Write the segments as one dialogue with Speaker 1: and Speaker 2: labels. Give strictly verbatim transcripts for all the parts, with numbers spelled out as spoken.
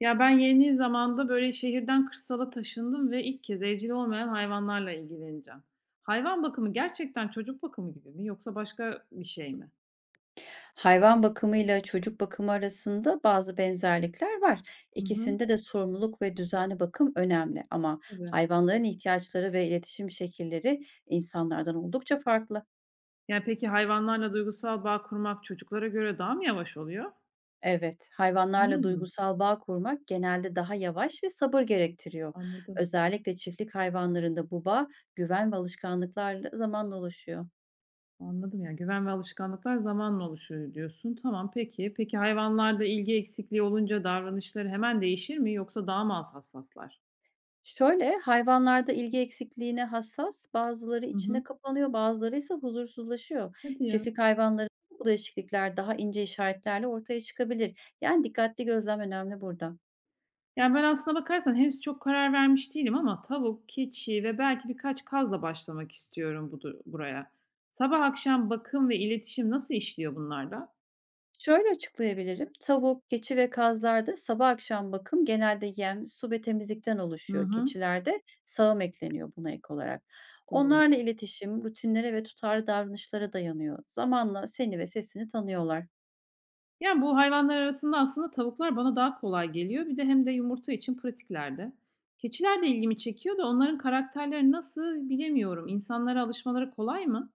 Speaker 1: Ya, ben yeni zamanda, böyle, şehirden kırsala taşındım ve ilk kez evcil olmayan hayvanlarla ilgileneceğim. Hayvan bakımı gerçekten çocuk bakımı gibi mi yoksa başka bir şey mi?
Speaker 2: Hayvan bakımıyla çocuk bakımı arasında bazı benzerlikler var.
Speaker 1: Hı hı.
Speaker 2: İkisinde de sorumluluk ve düzenli bakım önemli ama
Speaker 1: Tabii.
Speaker 2: hayvanların ihtiyaçları ve iletişim şekilleri insanlardan oldukça farklı.
Speaker 1: Yani, peki hayvanlarla duygusal bağ kurmak çocuklara göre daha mı yavaş oluyor?
Speaker 2: Evet, hayvanlarla
Speaker 1: Hımm.
Speaker 2: duygusal bağ kurmak genelde daha yavaş ve sabır gerektiriyor.
Speaker 1: Anladım,
Speaker 2: Özellikle çiftlik hayvanlarında bu bağ güven ve alışkanlıklarla zamanla oluşuyor.
Speaker 1: anladım. Yani, güven ve alışkanlıklar zamanla oluşuyor diyorsun. Tamam, peki. Peki hayvanlarda ilgi eksikliği olunca davranışları hemen değişir mi yoksa daha mı az hassaslar?
Speaker 2: Şöyle, hayvanlarda ilgi eksikliğine hassas, bazıları
Speaker 1: Hı
Speaker 2: içine
Speaker 1: hı.
Speaker 2: kapanıyor, bazıları ise huzursuzlaşıyor.
Speaker 1: Hadi ya.
Speaker 2: Çiftlik hayvanları bu değişiklikler daha ince işaretlerle ortaya çıkabilir. Yani dikkatli gözlem önemli burada.
Speaker 1: Yani, ben aslına bakarsan henüz çok karar vermiş değilim ama tavuk, keçi ve belki birkaç kazla başlamak istiyorum bu du buraya. Sabah akşam bakım ve iletişim nasıl işliyor bunlarda?
Speaker 2: Şöyle açıklayabilirim. Tavuk, keçi ve kazlarda sabah akşam bakım genelde yem, su ve temizlikten
Speaker 1: Hı
Speaker 2: oluşuyor.
Speaker 1: hı,
Speaker 2: Keçilerde sağım ekleniyor buna ek olarak.
Speaker 1: doğru.
Speaker 2: Onlarla iletişim, rutinlere ve tutarlı davranışlara dayanıyor. Zamanla seni ve sesini tanıyorlar.
Speaker 1: Yani, bu hayvanlar arasında aslında tavuklar bana daha kolay geliyor. Bir de hem de yumurta için pratiklerde. Keçiler de ilgimi çekiyor da onların karakterleri nasıl bilemiyorum. İnsanlara alışmaları kolay mı?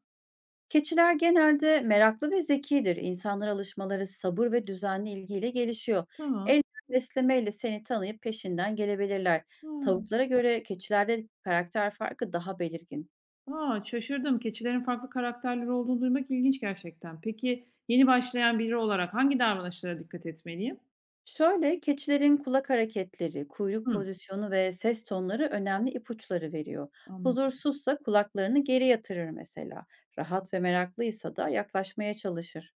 Speaker 2: Keçiler genelde meraklı ve zekidir. İnsanlara alışmaları sabır ve düzenli ilgiyle gelişiyor. El
Speaker 1: Tamam.
Speaker 2: beslemeyle seni tanıyıp peşinden gelebilirler.
Speaker 1: Hıı.
Speaker 2: Tavuklara göre keçilerde karakter farkı daha belirgin.
Speaker 1: A! Şaşırdım. Keçilerin farklı karakterleri olduğunu duymak ilginç gerçekten. Peki, yeni başlayan biri olarak hangi davranışlara dikkat etmeliyim?
Speaker 2: Şöyle keçilerin kulak hareketleri, kuyruk
Speaker 1: Hıı,
Speaker 2: pozisyonu ve ses tonları önemli ipuçları veriyor.
Speaker 1: anladım.
Speaker 2: Huzursuzsa kulaklarını geri yatırır mesela. Rahat ve meraklıysa da yaklaşmaya çalışır.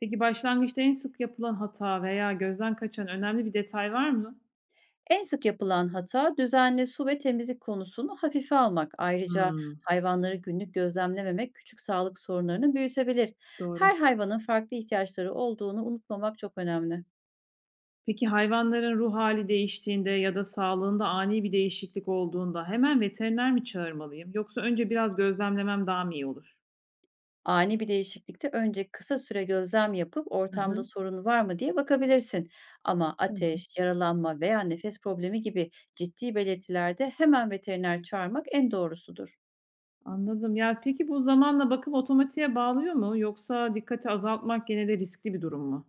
Speaker 1: Peki, başlangıçta en sık yapılan hata veya gözden kaçan önemli bir detay var mı?
Speaker 2: En sık yapılan hata düzenli su ve temizlik konusunu hafife almak. Ayrıca
Speaker 1: Hımm,
Speaker 2: hayvanları günlük gözlemlememek küçük sağlık sorunlarını büyütebilir.
Speaker 1: doğru.
Speaker 2: Her hayvanın farklı ihtiyaçları olduğunu unutmamak çok önemli.
Speaker 1: Peki, hayvanların ruh hali değiştiğinde ya da sağlığında ani bir değişiklik olduğunda hemen veteriner mi çağırmalıyım yoksa önce biraz gözlemlemem daha mı iyi olur?
Speaker 2: Ani bir değişiklikte önce kısa süre gözlem yapıp
Speaker 1: Hı
Speaker 2: ortamda
Speaker 1: hı,
Speaker 2: sorun var mı diye bakabilirsin. Ama
Speaker 1: tamam.
Speaker 2: ateş, yaralanma veya nefes problemi gibi ciddi belirtilerde hemen veteriner çağırmak en doğrusudur.
Speaker 1: Anladım. Ya, peki bu zamanla bakım otomatiğe bağlıyor mu yoksa dikkati azaltmak gene de riskli bir durum mu?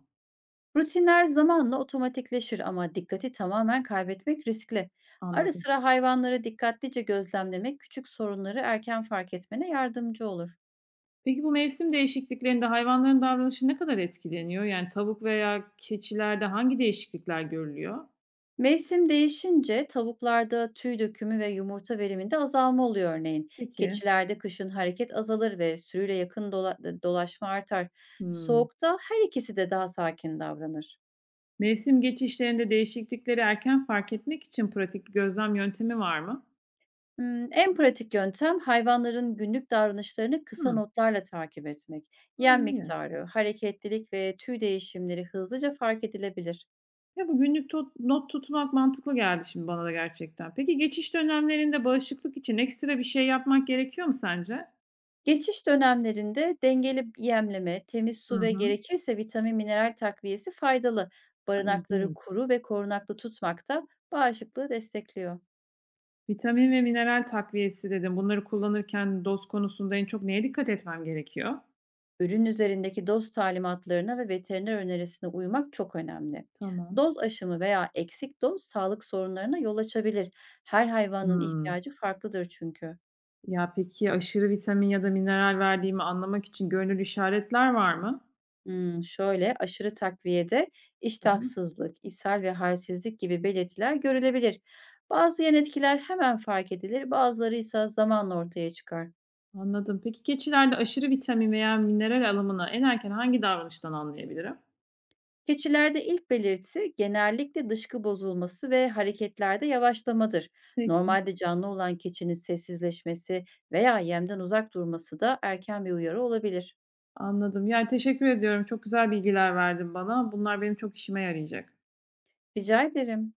Speaker 2: Rutinler zamanla otomatikleşir ama dikkati tamamen kaybetmek riskli. Ara
Speaker 1: Anladım.
Speaker 2: sıra hayvanları dikkatlice gözlemlemek küçük sorunları erken fark etmene yardımcı olur.
Speaker 1: Peki bu mevsim değişikliklerinde hayvanların davranışı ne kadar etkileniyor? Yani tavuk veya keçilerde hangi değişiklikler görülüyor?
Speaker 2: Mevsim değişince tavuklarda tüy dökümü ve yumurta veriminde azalma oluyor örneğin.
Speaker 1: Peki.
Speaker 2: Keçilerde kışın hareket azalır ve sürüyle yakın dola- dolaşma artar.
Speaker 1: Hımm.
Speaker 2: Soğukta her ikisi de daha sakin davranır.
Speaker 1: Mevsim geçişlerinde değişiklikleri erken fark etmek için pratik bir gözlem yöntemi var mı?
Speaker 2: Imm, en pratik yöntem hayvanların günlük davranışlarını kısa
Speaker 1: Hımm.
Speaker 2: notlarla takip etmek.
Speaker 1: A,
Speaker 2: Yem
Speaker 1: iyi.
Speaker 2: miktarı, hareketlilik ve tüy değişimleri hızlıca fark edilebilir.
Speaker 1: Ya, bu günlük tot not tutmak mantıklı geldi şimdi bana da gerçekten. Peki geçiş dönemlerinde bağışıklık için ekstra bir şey yapmak gerekiyor mu sence?
Speaker 2: Geçiş dönemlerinde dengeli yemleme, temiz
Speaker 1: Hı
Speaker 2: su ve
Speaker 1: hı.
Speaker 2: gerekirse vitamin mineral takviyesi faydalı.
Speaker 1: Ay
Speaker 2: Barınakları
Speaker 1: ilginç.
Speaker 2: kuru ve korunaklı tutmak da bağışıklığı destekliyor.
Speaker 1: Vitamin ve mineral takviyesi dedim. Bunları kullanırken doz konusunda en çok neye dikkat etmem gerekiyor?
Speaker 2: Ürün üzerindeki doz talimatlarına ve veteriner önerisine uymak çok önemli.
Speaker 1: Tamam.
Speaker 2: Doz aşımı veya eksik doz sağlık sorunlarına yol açabilir. Her hayvanın
Speaker 1: Hımm.
Speaker 2: ihtiyacı farklıdır çünkü.
Speaker 1: Ya, peki aşırı vitamin ya da mineral verdiğimi anlamak için görünür işaretler var mı?
Speaker 2: Hmm, şöyle aşırı takviyede
Speaker 1: Hı hı.
Speaker 2: iştahsızlık, ishal ve halsizlik gibi belirtiler görülebilir. Bazı yan etkiler hemen fark edilir, bazıları ise zamanla ortaya çıkar.
Speaker 1: Anladım. Peki keçilerde aşırı vitamin veya mineral alımını en erken hangi davranıştan anlayabilirim?
Speaker 2: Keçilerde ilk belirti genellikle dışkı bozulması ve hareketlerde yavaşlamadır.
Speaker 1: Peki.
Speaker 2: Normalde canlı olan keçinin sessizleşmesi veya yemden uzak durması da erken bir uyarı olabilir.
Speaker 1: Anladım. Yani, teşekkür ediyorum. Çok güzel bilgiler verdin bana. Bunlar benim çok işime yarayacak.
Speaker 2: Rica ederim.